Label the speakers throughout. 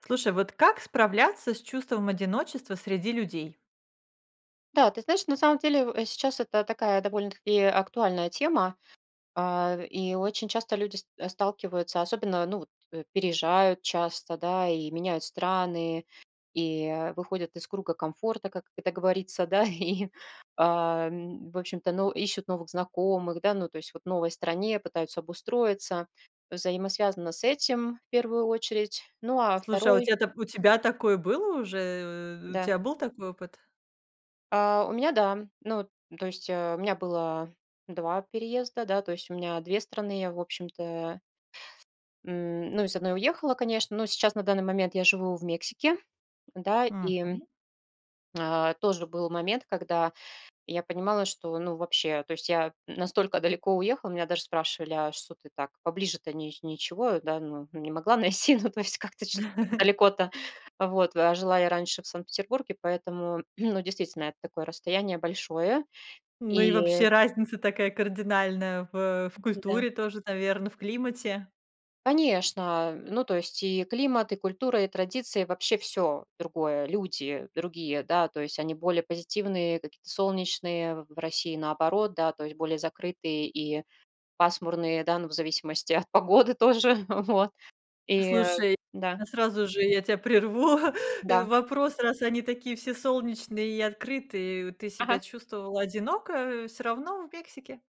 Speaker 1: Слушай, вот как справляться с чувством одиночества среди людей?
Speaker 2: Да, ты знаешь, на самом деле сейчас это такая довольно-таки актуальная тема, и очень часто люди сталкиваются, особенно, ну, вот, переезжают часто, да, и меняют страны, и выходят из круга комфорта, как это говорится, да, и, в общем-то, но, ищут новых знакомых, да, ну, то есть вот в новой стране пытаются обустроиться, взаимосвязано с этим в первую очередь, ну, а
Speaker 1: Слушай, а
Speaker 2: второй,
Speaker 1: у тебя такое было уже? У
Speaker 2: да.
Speaker 1: тебя был такой опыт?
Speaker 2: У меня да. Ну, то есть, у меня было 2 переезда, да, то есть у меня 2 страны, я, в общем-то, ну, из одной уехала, конечно, но сейчас на данный момент я живу в Мексике, да, и,
Speaker 1: Мгм.
Speaker 2: тоже был момент, когда я понимала, что, ну, вообще, то есть я настолько далеко уехала, меня даже спрашивали: "А что ты так поближе-то ни ничего, да, ну, не могла найти?" Ну, то есть как-то чё-то так далеко-то. Вот, а жила я раньше в Санкт-Петербурге, поэтому, ну, действительно, это такое расстояние большое.
Speaker 1: Ну и
Speaker 2: И
Speaker 1: вообще разница такая кардинальная в
Speaker 2: да.
Speaker 1: культуре тоже, наверное, в климате.
Speaker 2: Конечно, ну, то есть и климат, и культура, и традиции, вообще все другое, люди другие, да, то есть они более позитивные, какие-то солнечные, в России наоборот, да, то есть более закрытые и пасмурные, да, ну, в зависимости от погоды тоже, вот. И
Speaker 1: Слушай,
Speaker 2: да,
Speaker 1: я сразу же я тебя прерву.
Speaker 2: да.
Speaker 1: Вопрос, раз они такие все солнечные и открытые, ты
Speaker 2: Ага.
Speaker 1: себя чувствовала одиноко все равно в Мексике?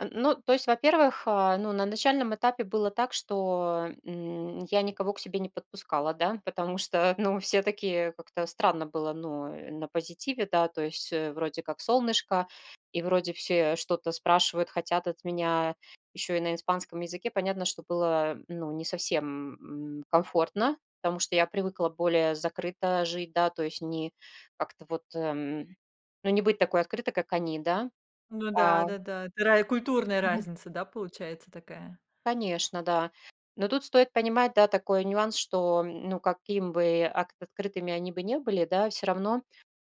Speaker 2: Н ну, то есть, во-первых, ну, на начальном этапе было так, что, я никого к себе не подпускала, да, потому что, ну, все такие, как-то странно было, ну, на позитиве, да, то есть, вроде как солнышко, и вроде все что-то спрашивают, хотят от меня, еще и на испанском языке. Понятно, что было, ну, не совсем, комфортно, потому что я привыкла более закрыто жить, да, то есть не как-то вот, ну, не быть такой открытой, как они, да.
Speaker 1: Ну
Speaker 2: А.
Speaker 1: да, да-да. Это ра культурная разница, да, получается такая?
Speaker 2: Конечно, да. Но тут стоит понимать, да, такой нюанс, что, ну, каким бы открытыми они бы не были, да, все равно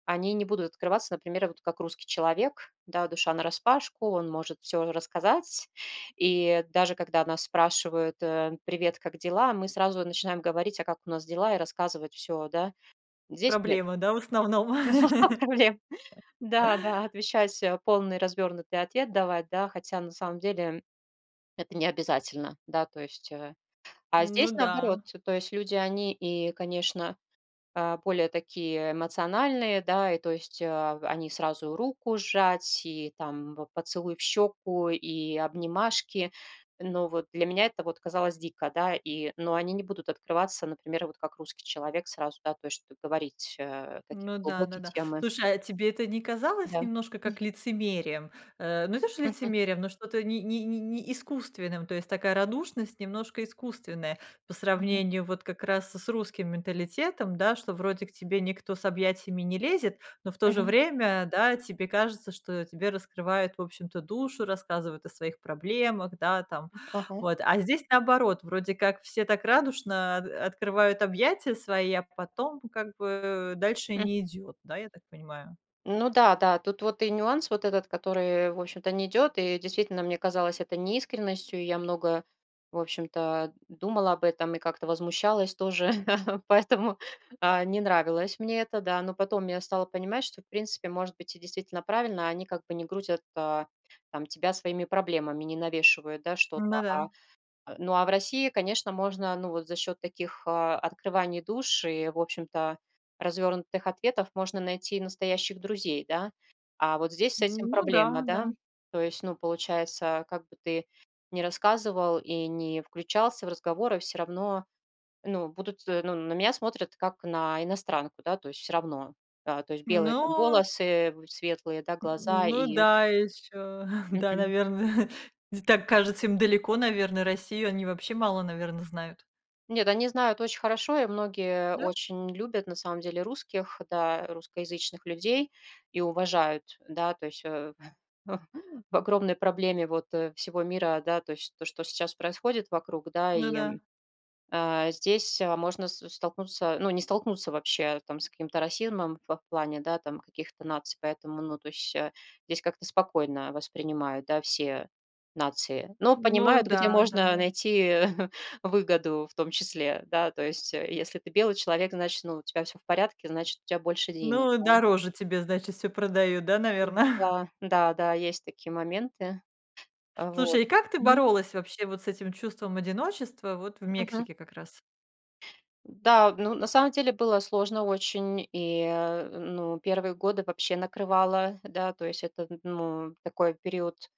Speaker 2: они не будут открываться, например, вот как русский человек, да, душа нараспашку, он может все рассказать, и даже когда нас спрашивают, привет, как дела, мы сразу начинаем говорить, а как у нас дела, и рассказывать все, да. Здесь нет
Speaker 1: Проблема, да, в основном?
Speaker 2: проблем. Да, да, отвечать полный развернутый ответ давать, да, хотя на самом деле это не обязательно, да, то есть. А
Speaker 1: Ну
Speaker 2: здесь
Speaker 1: да,
Speaker 2: наоборот, то есть люди, они и, конечно, более такие эмоциональные, да, и то есть они сразу руку сжать, и там поцелуй в щеку, и обнимашки. Но вот для меня это вот казалось дико, да, и, но они не будут открываться, например, вот как русский человек сразу, да, то есть говорить какие-то
Speaker 1: ну да, да,
Speaker 2: глубокие
Speaker 1: да.
Speaker 2: темы,
Speaker 1: Слушай, а тебе это не казалось
Speaker 2: да.
Speaker 1: немножко как лицемерием? Ну, это же
Speaker 2: Мгм.
Speaker 1: лицемерием, но что-то не искусственным, то есть такая радушность немножко искусственная по
Speaker 2: Мгм.
Speaker 1: сравнению вот как раз с русским менталитетом, да, что вроде к тебе никто с объятиями не лезет, но в то же
Speaker 2: Мгм.
Speaker 1: время, да, тебе кажется, что тебе раскрывают, в общем-то, душу, рассказывают о своих проблемах, да, там.
Speaker 2: Ага.
Speaker 1: Вот, а здесь наоборот, вроде как все так радушно от открывают объятия свои, а потом как бы дальше не идет, да, я так понимаю?
Speaker 2: Ну да, да, тут вот и нюанс вот этот, который, в общем-то, не идет, и действительно, мне казалось это неискренностью, и я много, в общем-то, думала об этом и как-то возмущалась тоже, поэтому не нравилось мне это, да, но потом я стала понимать, что, в принципе, может быть, и действительно правильно, а они как бы не грузят там тебя своими проблемами, не навешивают, да, что-то,
Speaker 1: Ну да.
Speaker 2: ну, а в России, конечно, можно, ну, вот за счет таких, открываний душ и, в общем-то, развернутых ответов можно найти настоящих друзей, да. А вот здесь с этим
Speaker 1: Ну да,
Speaker 2: проблема,
Speaker 1: да.
Speaker 2: да. То есть, ну, получается, как бы ты не рассказывал и не включался в разговоры, все равно, ну, будут, ну, на меня смотрят как на иностранку, да, то есть все равно. А, то есть белые там
Speaker 1: Ну,
Speaker 2: волосы, в светлые, да, глаза
Speaker 1: ну
Speaker 2: и
Speaker 1: да, еще, да,
Speaker 2: мгм.
Speaker 1: наверное, так кажется, им далеко, наверное, Россию, они вообще мало, наверное, знают.
Speaker 2: Нет, они знают очень хорошо, и многие
Speaker 1: Да?
Speaker 2: очень любят, на самом деле, русских, да, русскоязычных людей и уважают, да, то есть в огромной проблеме вот всего мира, да, то есть то, что сейчас происходит вокруг, да,
Speaker 1: Ну
Speaker 2: и
Speaker 1: да.
Speaker 2: Здесь, можно с столкнуться, ну, не столкнуться вообще там с каким-то расизмом в плане, да, там каких-то наций, поэтому, ну, то есть, здесь как-то спокойно воспринимают, да, все нации, но
Speaker 1: Ну
Speaker 2: понимают,
Speaker 1: да,
Speaker 2: где можно
Speaker 1: да-да.
Speaker 2: найти выгоду в том числе, да, то есть, если ты белый человек, значит, ну, у тебя все в порядке, значит, у тебя больше денег,
Speaker 1: Ну,
Speaker 2: да.
Speaker 1: дороже тебе, значит, все продают, да, наверное.
Speaker 2: Да, да-да, есть такие моменты, вот.
Speaker 1: Слушай, и как ты боролась вообще вот с этим чувством одиночества вот в
Speaker 2: Мгм.
Speaker 1: Мексике как раз?
Speaker 2: Да, ну, на самом деле было сложно очень, и, ну, первые годы вообще накрывало, да, то есть это, ну, такой период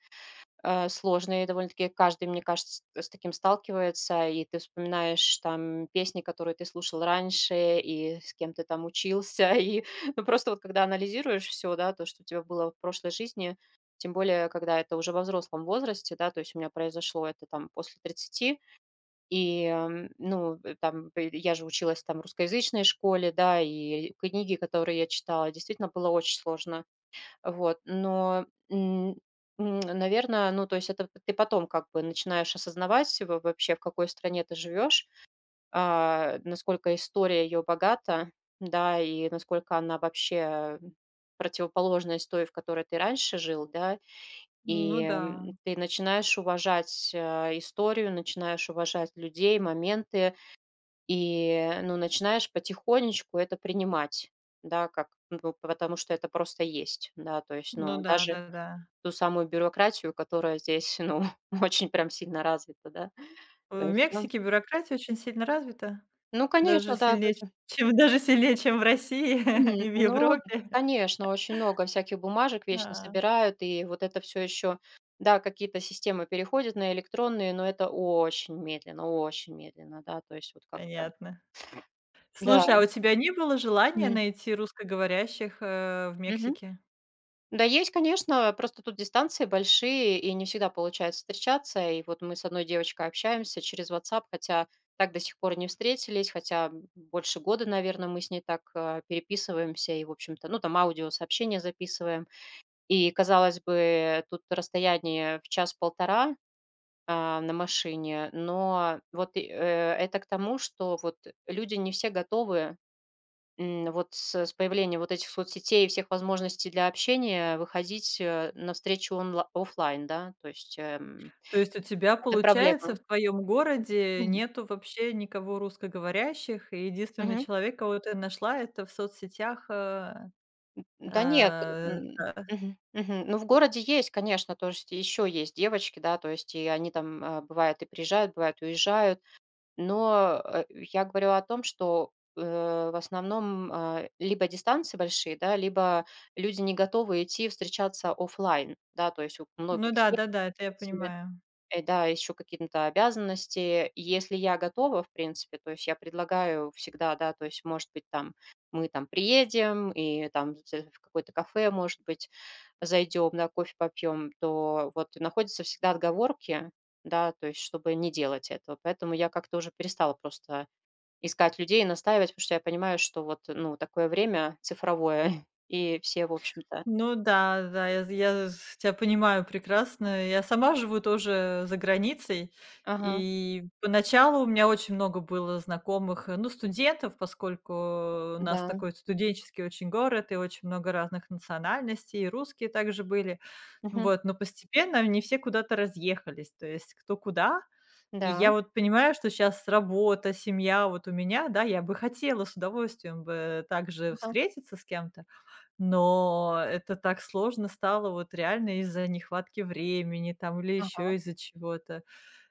Speaker 2: сложный довольно-таки, каждый, мне кажется, с таким сталкивается, и ты вспоминаешь там песни, которые ты слушал раньше, и с кем ты там учился, и, ну, просто вот когда анализируешь все, да, то, что у тебя было в прошлой жизни, тем более, когда это уже во взрослом возрасте, да, то есть у меня произошло это там после тридцати. И, ну, там, п я же училась там в русскоязычной школе, да, и книги, которые я читала, действительно было очень сложно. Вот, но, наверное, ну, то есть это ты потом как бы начинаешь осознавать во вообще, в какой стране ты живешь, насколько история ее богата, да, и насколько она вообще противоположность той, в которой ты раньше жил, да.
Speaker 1: Ну
Speaker 2: И,
Speaker 1: да,
Speaker 2: ты начинаешь уважать, историю, начинаешь уважать людей, моменты, и, ну, начинаешь потихонечку это принимать, да, как, ну, потому что это просто есть, да, то есть,
Speaker 1: ну
Speaker 2: ну,
Speaker 1: да,
Speaker 2: даже
Speaker 1: да-да.
Speaker 2: ту самую бюрократию, которая здесь, ну, очень прям сильно развита, да. То
Speaker 1: В
Speaker 2: есть, ну,
Speaker 1: Мексике бюрократия очень сильно развита,
Speaker 2: ну,
Speaker 1: даже
Speaker 2: конечно, да, то
Speaker 1: сильнее,
Speaker 2: есть,
Speaker 1: чем в России и в
Speaker 2: ну,
Speaker 1: Европе.
Speaker 2: конечно, очень много всяких бумажек вечно
Speaker 1: А,
Speaker 2: собирают, и вот это все еще, да, какие-то системы переходят на электронные, но это очень медленно, да, то есть вот как-то,
Speaker 1: понятно.
Speaker 2: да.
Speaker 1: Слушай, а у тебя не было желания
Speaker 2: Мгм.
Speaker 1: найти русскоговорящих, в Мексике?
Speaker 2: Да, есть, конечно, просто тут дистанции большие, и не всегда получается встречаться. И вот мы с одной девочкой общаемся через WhatsApp, хотя так до сих пор и не встретились, хотя больше года, наверное, мы с ней так переписываемся и, в общем-то, ну, там аудиосообщения записываем. И, казалось бы, тут расстояние в час-полтора на машине, но вот и, это к тому, что вот люди не все готовы. Вот с появлением вот этих соцсетей и всех возможностей для общения выходить, навстречу онла оффлайн, да? То есть,
Speaker 1: То есть у тебя,
Speaker 2: это
Speaker 1: получается, в
Speaker 2: проблема.
Speaker 1: твоем городе
Speaker 2: Мгм.
Speaker 1: нету вообще никого русскоговорящих, и единственный
Speaker 2: Мгм.
Speaker 1: человек, кого ты нашла, это в соцсетях, э,
Speaker 2: Да нет, м,
Speaker 1: да.
Speaker 2: мгм, мгм. Ну, в городе есть, конечно, то есть еще есть девочки, да, то есть и они там, бывает и приезжают, бывает уезжают. Но, я говорю о том, что, в основном, либо дистанции большие, да, либо люди не готовы идти встречаться оффлайн, да, то есть у
Speaker 1: Ну
Speaker 2: многих
Speaker 1: да, да-да, это я понимаю.
Speaker 2: Да, еще какие то обязанности. Если я готова, в принципе, то есть я предлагаю всегда, да, то есть, может быть, там мы там приедем и там в какое-то кафе, может быть, зайдем, да, кофе попьем, то вот находятся всегда отговорки, да, то есть чтобы не делать этого. Поэтому я как-то уже перестала просто искать людей и настаивать, потому что я понимаю, что вот, ну, такое время цифровое, и все, в общем-то.
Speaker 1: Ну да, да, я тебя понимаю прекрасно. Я сама живу тоже за границей,
Speaker 2: Ага,
Speaker 1: и поначалу у меня очень много было знакомых, ну, студентов, поскольку у нас
Speaker 2: да,
Speaker 1: такой студенческий очень город и очень много разных национальностей, и русские также были.
Speaker 2: мгм,
Speaker 1: Вот, но постепенно они все куда-то разъехались, то есть кто куда. И я
Speaker 2: да,
Speaker 1: вот понимаю, что сейчас работа, семья вот у меня, да, я бы хотела с удовольствием бы также
Speaker 2: ага,
Speaker 1: встретиться с кем-то, но это так сложно стало вот реально из-за нехватки времени там или еще
Speaker 2: ага,
Speaker 1: из-за чего-то.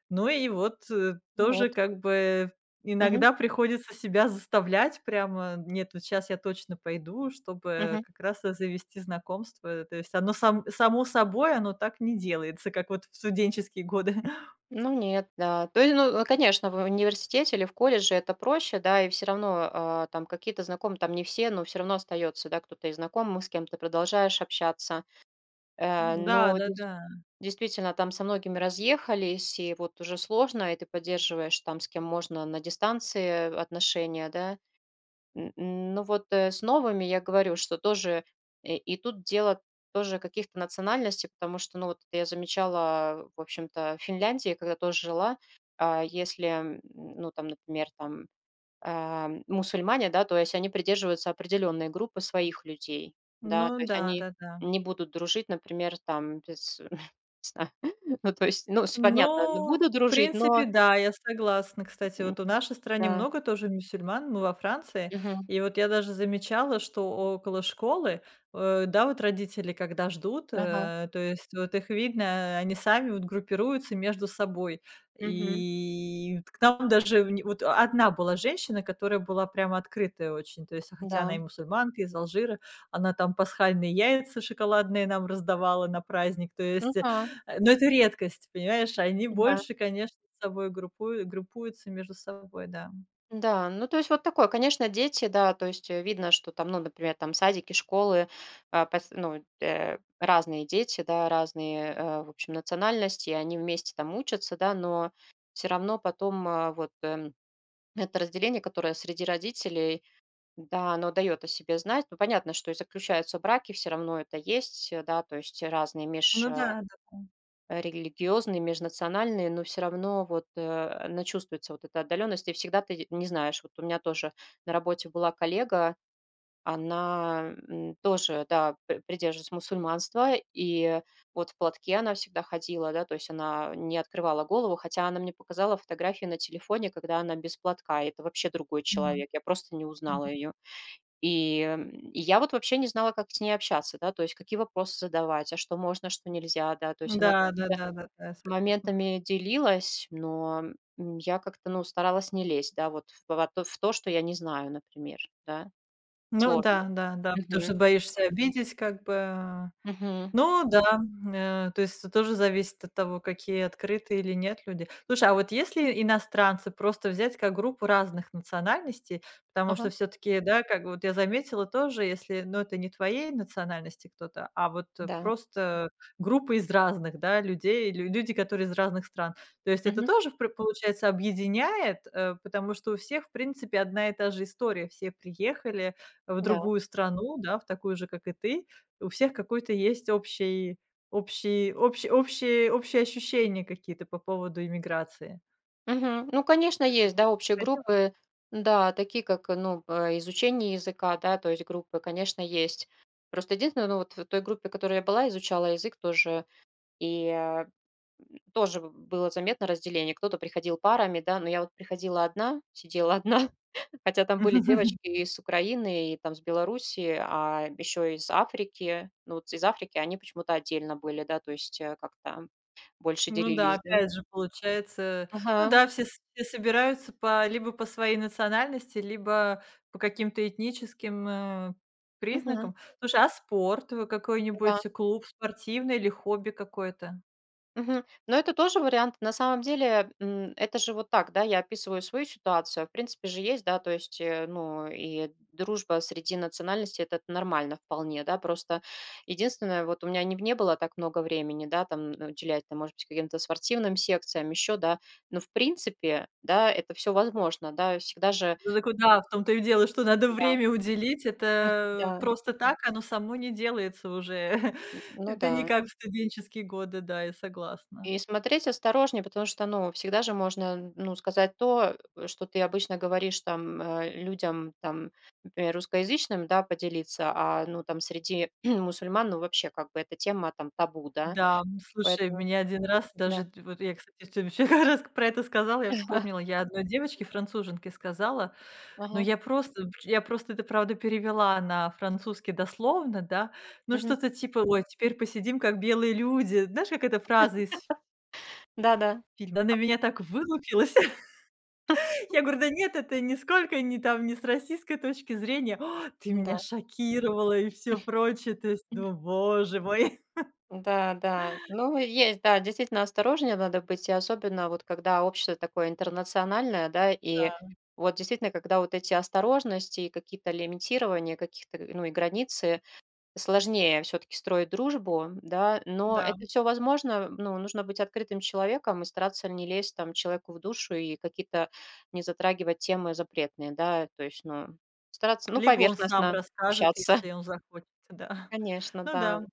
Speaker 1: Ну и вот,
Speaker 2: ну
Speaker 1: тоже
Speaker 2: вот.
Speaker 1: как бы
Speaker 2: Мгм,
Speaker 1: иногда приходится себя заставлять прямо: "Нет, вот щас я точно пойду",
Speaker 2: мгм.
Speaker 1: чтобы как раз и завести знакомство. То есть оно само собой, оно так не делается, как вот в студенческие годы.
Speaker 2: Ну нет, да. То есть, ну, конечно, в университете или в колледже это проще, да, и все равно там какие-то знакомые, там не все, но все равно остается, да, кто-то из знакомых, с кем ты продолжаешь общаться. Но
Speaker 1: Да-да-да.
Speaker 2: действительно, там со многими разъехались, и вот уже сложно, и ты поддерживаешь там, с кем можно на дистанции отношения, да. Н н ну вот, с новыми я говорю, что тоже и тут дело тоже каких-то национальностей, потому что, ну, вот я замечала, в общем-то, в Финляндии, когда тоже жила, если, ну, там, например, там, мусульмане, да, то есть они придерживаются определенной группы своих людей,
Speaker 1: Ну
Speaker 2: да, то есть они
Speaker 1: да-да-да.
Speaker 2: не будут дружить, например, там, с не знаю, ну, то есть, ну, с понятно, ну,
Speaker 1: Ну,
Speaker 2: будут
Speaker 1: в
Speaker 2: дружить,
Speaker 1: принципе,
Speaker 2: но,
Speaker 1: да, я согласна. Кстати,
Speaker 2: м,
Speaker 1: вот в нашей стране
Speaker 2: да.
Speaker 1: много тоже мусульман, мы во Франции.
Speaker 2: Мгм.
Speaker 1: И вот я даже замечала, что около школы, да, вот родители когда ждут,
Speaker 2: Ага.
Speaker 1: то есть вот их видно, они сами вот группируются между собой.
Speaker 2: Мгм.
Speaker 1: И к нам даже в не вот одна была женщина, которая была прямо открытая очень, то есть, хотя она
Speaker 2: Да.
Speaker 1: и мусульманка, из Алжира, она там пасхальные яйца шоколадные нам раздавала на праздник. То
Speaker 2: Ну
Speaker 1: есть…
Speaker 2: да,
Speaker 1: Но это редкость, понимаешь? Они
Speaker 2: да.
Speaker 1: больше, конечно, с собой группуются между собой, да.
Speaker 2: Да, ну, то есть вот такое, конечно, дети, да, то есть, видно, что там, ну, например, там садики, школы, ну, разные дети, да, разные, в общем, национальности, и они вместе там учатся, да, но все равно потом вот это разделение, которое среди родителей, да, оно дает о себе знать. Ну, понятно, что и заключаются браки, все равно это есть, да, то есть разные
Speaker 1: Ну да, да-да.
Speaker 2: религиозные, межнациональные, но все равно вот, она чувствуется, вот эта отдаленность, и всегда ты не знаешь. Вот у меня тоже на работе была коллега, она, тоже, да, придерживалась мусульманства, и вот в платке она всегда ходила, да, то есть она не открывала голову, хотя она мне показала фотографии на телефоне, когда она без платка, и это вообще другой
Speaker 1: Мгм,
Speaker 2: человек, я просто не узнала
Speaker 1: мгм.
Speaker 2: ее. И, и я вот вообще не знала, как с ней общаться, да, то есть какие вопросы задавать, а что можно, что нельзя, да, то есть она.
Speaker 1: Да, да-да-да-да, я согласна.
Speaker 2: Моментами делилась, но, я как-то, ну, старалась не лезть, да, вот в то, что я не знаю, например, да.
Speaker 1: Ну
Speaker 2: Сложно.
Speaker 1: да, да, да, потому что
Speaker 2: Мгм.
Speaker 1: боишься обидеть как бы.
Speaker 2: Мгм.
Speaker 1: Ну да, то есть это тоже зависит от того, какие открытые или нет люди. Слушай, а вот если иностранцы просто взять как группу разных национальностей, потому
Speaker 2: Ага.
Speaker 1: что все-таки, да, как вот я заметила тоже, если, ну, это не твоей национальности кто-то, а вот
Speaker 2: Да.
Speaker 1: просто группа из разных, да, людей, люди, которые из разных стран, то есть это
Speaker 2: Мгм.
Speaker 1: тоже, получается, объединяет, потому что у всех, в принципе, одна и та же история, все приехали в
Speaker 2: Да.
Speaker 1: другую страну, да, в такую же, как и ты, у всех какой-то есть общий общий общий общие общие ощущения какие-то по поводу иммиграции.
Speaker 2: Мгм. Ну, конечно,
Speaker 1: Ты
Speaker 2: есть, да,
Speaker 1: таких
Speaker 2: общие
Speaker 1: находила?
Speaker 2: группы. Да, такие как, ну, изучение языка, да, то есть группы, конечно, есть. Просто единственное, ну, вот в той группе, в которой я была, изучала язык тоже, и, тоже было заметно разделение. Кто-то приходил парами, да, но я вот приходила одна, сидела одна. Хотя там были девочки и с Украины, и там с Белоруссии, а еще из Африки. Ну, вот из Африки они почему-то отдельно были, да, то есть, как-то больше
Speaker 1: Ну да,
Speaker 2: делились, да.
Speaker 1: опять же, получается, ну
Speaker 2: Ага.
Speaker 1: да, все собираются по либо по своей национальности, либо по каким-то этническим,
Speaker 2: Мгм.
Speaker 1: признакам. Слушай, а спорт,
Speaker 2: Да.
Speaker 1: какой-нибудь клуб спортивный или хобби какое-то?
Speaker 2: Мгм. Но это тоже вариант. На самом деле, это же вот так, да, я описываю свою ситуацию. В принципе же есть, да, то есть, ну, и дружба среди национальностей, это нормально вполне, да, просто единственное, вот у меня не было так много времени, да, там, ну, уделять, там, может быть, каким-то спортивным секциям, еще, да, но в принципе, да, это все возможно, да, всегда же,
Speaker 1: Ну так вот да, в том-то и дело, что надо
Speaker 2: да,
Speaker 1: время уделить. Это
Speaker 2: да,
Speaker 1: просто так оно само не делается уже.
Speaker 2: ну
Speaker 1: Это не
Speaker 2: да.
Speaker 1: как в студенческие годы, да, я согласна.
Speaker 2: И смотреть осторожнее, потому что, ну, всегда же можно, ну, сказать то, что ты обычно говоришь там людям, там, например, русскоязычным, да, поделиться, ну, там, среди мусульман, ну, вообще, как бы, эта тема там табу, да,
Speaker 1: Да, слушай,
Speaker 2: поэтому,
Speaker 1: меня один раз
Speaker 2: да.
Speaker 1: даже д вот я, кстати, тебе еще как раз про это сказала, я вспомнила. Я одной девочке, француженке, сказала, но
Speaker 2: Ага,
Speaker 1: я просто это, правда, перевела на французский дословно, да. Ну,
Speaker 2: мгм.
Speaker 1: что-то типа: "Ой, теперь посидим, как белые люди". Знаешь, как эта фраза из
Speaker 2: Да-да.
Speaker 1: фильма? Она на меня так вылупилась. Я говорю: "Да нет, это нисколько не там не с российской точки зрения". "А, ты
Speaker 2: Да.
Speaker 1: меня шокировала!" И все прочее. То есть думаю: боже мой.
Speaker 2: Да, да. Ну, есть, да, действительно осторожнее надо быть, и особенно вот когда общество такое интернациональное, да, и
Speaker 1: Да,
Speaker 2: вот действительно, когда вот эти осторожности и какие-то лимитирования каких-то, ну, и границы, сложнее все-таки строить дружбу, да, но
Speaker 1: да.
Speaker 2: это все возможно, ну, нужно быть открытым человеком и стараться не лезть там человеку в душу и какие-то не затрагивать темы запретные, да, то есть, ну, стараться, ну,
Speaker 1: Либо он сам
Speaker 2: поверхностно
Speaker 1: расскажет,
Speaker 2: общаться,
Speaker 1: если он захочет, да.
Speaker 2: конечно,
Speaker 1: Ну
Speaker 2: да.
Speaker 1: да.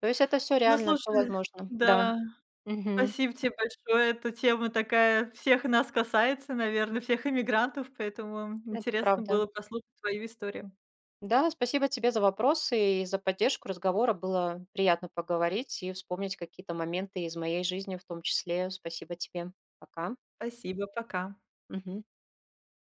Speaker 2: То есть это все
Speaker 1: Ну
Speaker 2: реально, все
Speaker 1: слушай,
Speaker 2: возможно, да.
Speaker 1: да,
Speaker 2: Мгм.
Speaker 1: спасибо тебе большое. Эта тема такая всех нас касается, наверное, всех иммигрантов, поэтому
Speaker 2: Это
Speaker 1: интересно
Speaker 2: правда.
Speaker 1: было послушать твою историю.
Speaker 2: Да, спасибо тебе за вопросы и за поддержку разговора. Было приятно поговорить и вспомнить какие-то моменты из моей жизни в том числе. Спасибо тебе. Пока.
Speaker 1: Спасибо, пока.
Speaker 2: Мгм.